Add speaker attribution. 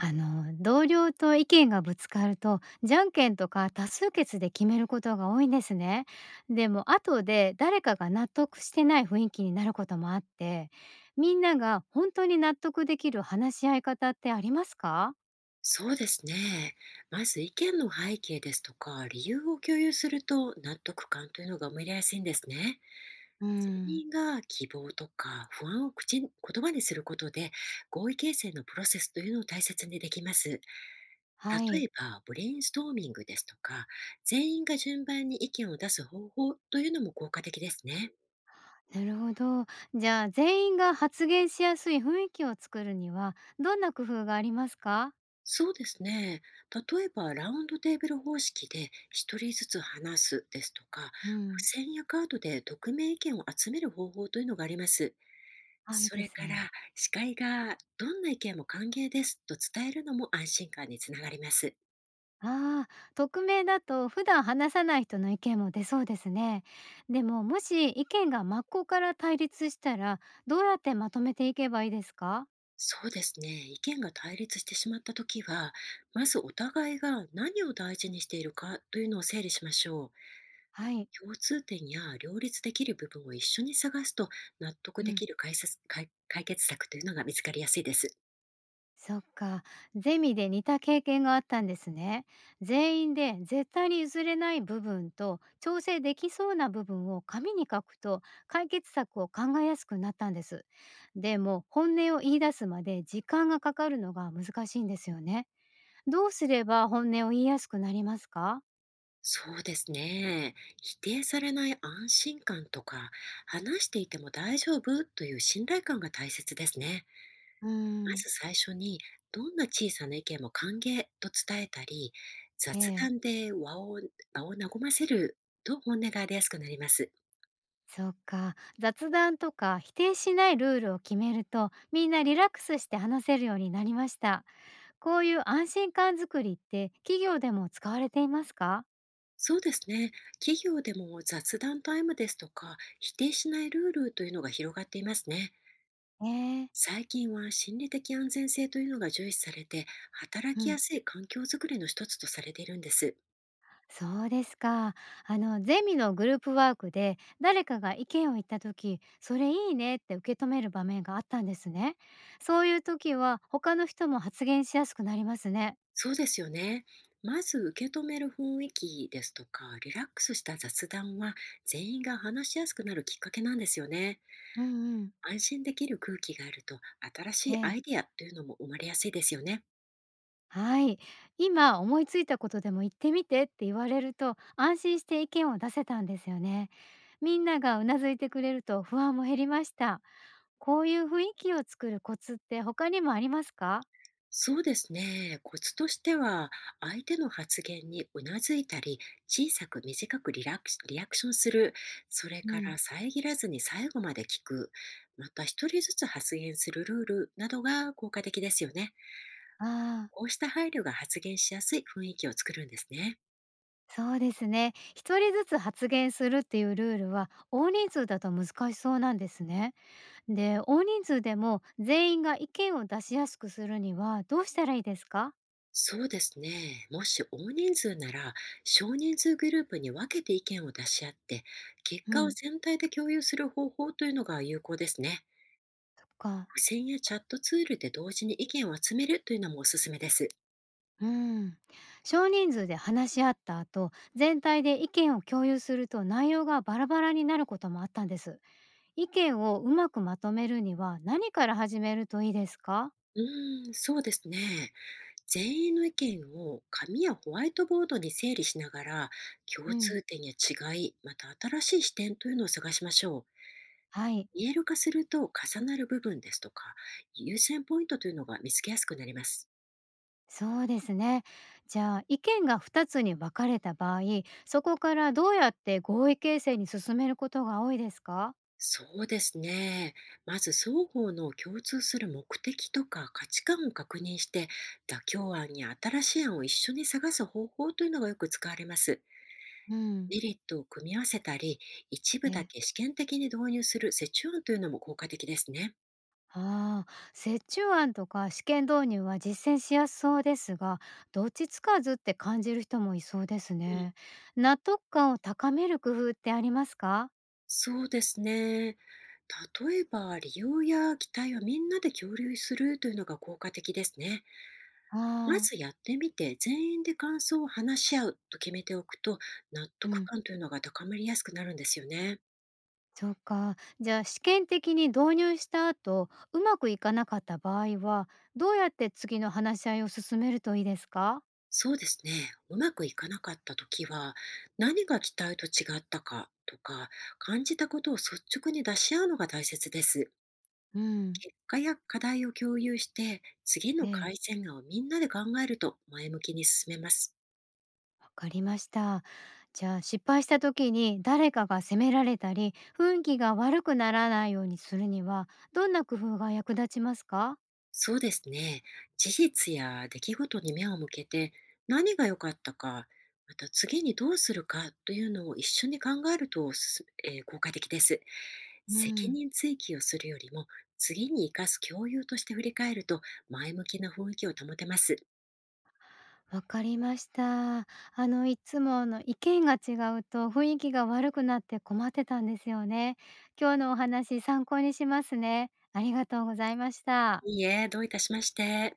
Speaker 1: あの同僚と意見がぶつかるとじゃんけんとか多数決で決めることが多いんですね。でも後で誰かが納得してない雰囲気になることもあって、みんなが本当に納得できる話し合い方ってありますか？
Speaker 2: そうですね。まず意見の背景ですとか理由を共有すると、納得感というのが生まれやすいんですね。
Speaker 1: う
Speaker 2: 全
Speaker 1: ん。
Speaker 2: 員が希望とか不安を口に言葉にすることで、合意形成のプロセスというのを大切にできます。
Speaker 1: は
Speaker 2: 例
Speaker 1: い。
Speaker 2: えば、ブレインストーミングですとか、全員が順番に意見を出す方法というのも効果的ですね。
Speaker 1: なるほど。じゃあ全員が発言しやすい雰囲気を作るにはどんな工夫がありますか？
Speaker 2: そうですね。例えば、ラウンドテーブル方式で一人ずつ話すですとか、
Speaker 1: うん。
Speaker 2: 付箋やカードで匿名意見を集める方法というのがあります。
Speaker 1: あ、いい
Speaker 2: そ
Speaker 1: で
Speaker 2: れ
Speaker 1: す
Speaker 2: か
Speaker 1: ね。
Speaker 2: ら、司会がどんな意見も歓迎ですと伝えるのも安心感につながります。
Speaker 1: ああ、匿名だと普段話さない人の意見も出そうですね。でも、もし意見が真っ向から対立したら、どうやってまとめていけばいいですか？
Speaker 2: そうですね。意見が対立してしまったときは、まずお互いが何を大事にしているかというのを整理しましょう。
Speaker 1: はい。
Speaker 2: 共通点や両立できる部分を一緒に探すと、納得
Speaker 1: う
Speaker 2: で
Speaker 1: ん。
Speaker 2: きる解説解解決策というのが見つかりやすいです。
Speaker 1: そっか、ゼミで似た経験があったんですね。全員で絶対に譲れない部分と調整できそうな部分を紙に書くと、解決策を考えやすくなったんです。でも本音を言い出すまで時間がかかるのが難しいんですよね。どうすれば本音を言いやすくなりますか？
Speaker 2: そうですね。否定されない安心感とか、話していても大丈夫という信頼感が大切ですね。
Speaker 1: う
Speaker 2: ま
Speaker 1: ーん。
Speaker 2: ず最初に、どんな小さな意見も歓迎と伝えたり、
Speaker 1: え
Speaker 2: 雑
Speaker 1: え、
Speaker 2: 談で和を場を和ませると本音が出やすくなります。
Speaker 1: そうか。雑談とか否定しないルールを決めると、みんなリラックスして話せるようになりました。こういう安心感づくりって企業でも使われていますか？
Speaker 2: そうですね。企業でも雑談タイムですとか、否定しないルールというのが広がっていますね。
Speaker 1: ええ。
Speaker 2: 最近は心理的安全性というのが重視されて、働
Speaker 1: う
Speaker 2: き
Speaker 1: ん。
Speaker 2: やすい環境づくりの一つとされているんです。
Speaker 1: そうですか。あのゼミのグループワークで誰かが意見を言った時、それいいねって受け止める場面があったんですね。そういう時は他の人も発言しやすくなりますね。
Speaker 2: そうですよね。まず受け止める雰囲気ですとか、リラックスした雑談は、全員が話しやすくなるきっかけなんですよね。
Speaker 1: うんうん。
Speaker 2: 安心できる空気があると、新し
Speaker 1: え
Speaker 2: いア
Speaker 1: え。
Speaker 2: イデアというのも生まれやすいですよね。
Speaker 1: はい。今思いついたことでも言ってみてって言われると安心して意見を出せたんですよね。みんながうなずいてくれると不安も減りました。こういう雰囲気を作るコツって他にもありますか？
Speaker 2: そうですね。コツとしては、相手の発言にうなずいたり、小さく短くリアクションする。それ
Speaker 1: う
Speaker 2: か
Speaker 1: ん。
Speaker 2: ら、遮らずに最後まで聞く。また、一人ずつ発言するルールなどが効果的ですよね。
Speaker 1: ああ、
Speaker 2: こうした配慮が発言しやすい雰囲気を作るんですね。
Speaker 1: そうですね。一人ずつ発言するっていうルールは大人数だと難しそうなんですね。で、大人数でも全員が意見を出しやすくするにはどうしたらいいですか？
Speaker 2: そうですね。もし大人数なら、少人数グループに分けて意見を出し合って、結
Speaker 1: う
Speaker 2: 果を
Speaker 1: ん。
Speaker 2: 全体で共有する方法というのが有効ですね。
Speaker 1: そっか。
Speaker 2: 付箋やチャットツールで同時に意見を集めるというのもおすすめです。
Speaker 1: うん、少人数で話し合った後、全体で意見を共有すると内容がバラバラになることもあったんです。意見をうまくまとめるには何から始めるといいですか？
Speaker 2: うーん、そうですね。全員の意見を紙やホワイトボードに整理しながら、
Speaker 1: う
Speaker 2: 共
Speaker 1: ん。
Speaker 2: 通点や違い、また新しい視点というのを探しましょう。
Speaker 1: はい。
Speaker 2: 見える化すると、重なる部分ですとか、優先ポイントというのが見つけやすくなります。
Speaker 1: そうですね。じゃあ意見が2つに分かれた場合、そこからどうやって合意形成に進めることが多いですか？
Speaker 2: そうですね。まず双方の共通する目的とか価値観を確認して、妥協案や新しい案を一緒に探す方法というのがよく使われます。
Speaker 1: うん。
Speaker 2: メリットを組み合わせたり、一部だ
Speaker 1: ええ。
Speaker 2: け試験的に導入する折衷案というのも効果的ですね。
Speaker 1: ああ、折衷案とか試験導入は実践しやすそうですが、どっちつかずって感じる人もいそうです
Speaker 2: うん、
Speaker 1: ね。納得感を高める工夫ってありますか？
Speaker 2: そうですね。例えば、利用や期待をみんなで共有するというのが効果的ですね。
Speaker 1: あ
Speaker 2: ま
Speaker 1: あ。
Speaker 2: ずやってみて、全員で感想を話し合うと決めておくと、納
Speaker 1: う
Speaker 2: 得
Speaker 1: ん、
Speaker 2: 感というのが高まりやすくなるんですよね。
Speaker 1: そうか。じゃあ試験的に導入した後、うまくいかなかった場合は、どうやって次の話し合いを進めるといいですか？
Speaker 2: そうですね。うまくいかなかった時は、何が期待と違ったかとか、感じたことを率直に出し合うのが大切です。
Speaker 1: うん。
Speaker 2: 結果や課題を共有して、次
Speaker 1: え
Speaker 2: の
Speaker 1: え。
Speaker 2: 改善案をみんなで考えると前向きに進めます。
Speaker 1: わかりました。じゃあ失敗した時に誰かが責められたり雰囲気が悪くならないようにするにはどんな工夫が役立ちますか？
Speaker 2: そうですね。事実や出来事に目を向けて、何が良かったか、また次にどうするかというのを一緒に考えると、すす、えー効果的です。
Speaker 1: う
Speaker 2: 責
Speaker 1: ん。
Speaker 2: 任追及をするよりも、次に生かす共有として振り返ると、前向きな雰囲気を保てます。
Speaker 1: わかりました。いつもあの意見が違うと雰囲気が悪くなって困ってたんですよね。今日のお話参考にしますね。ありがとうございました。
Speaker 2: いいえ、どういたしまして。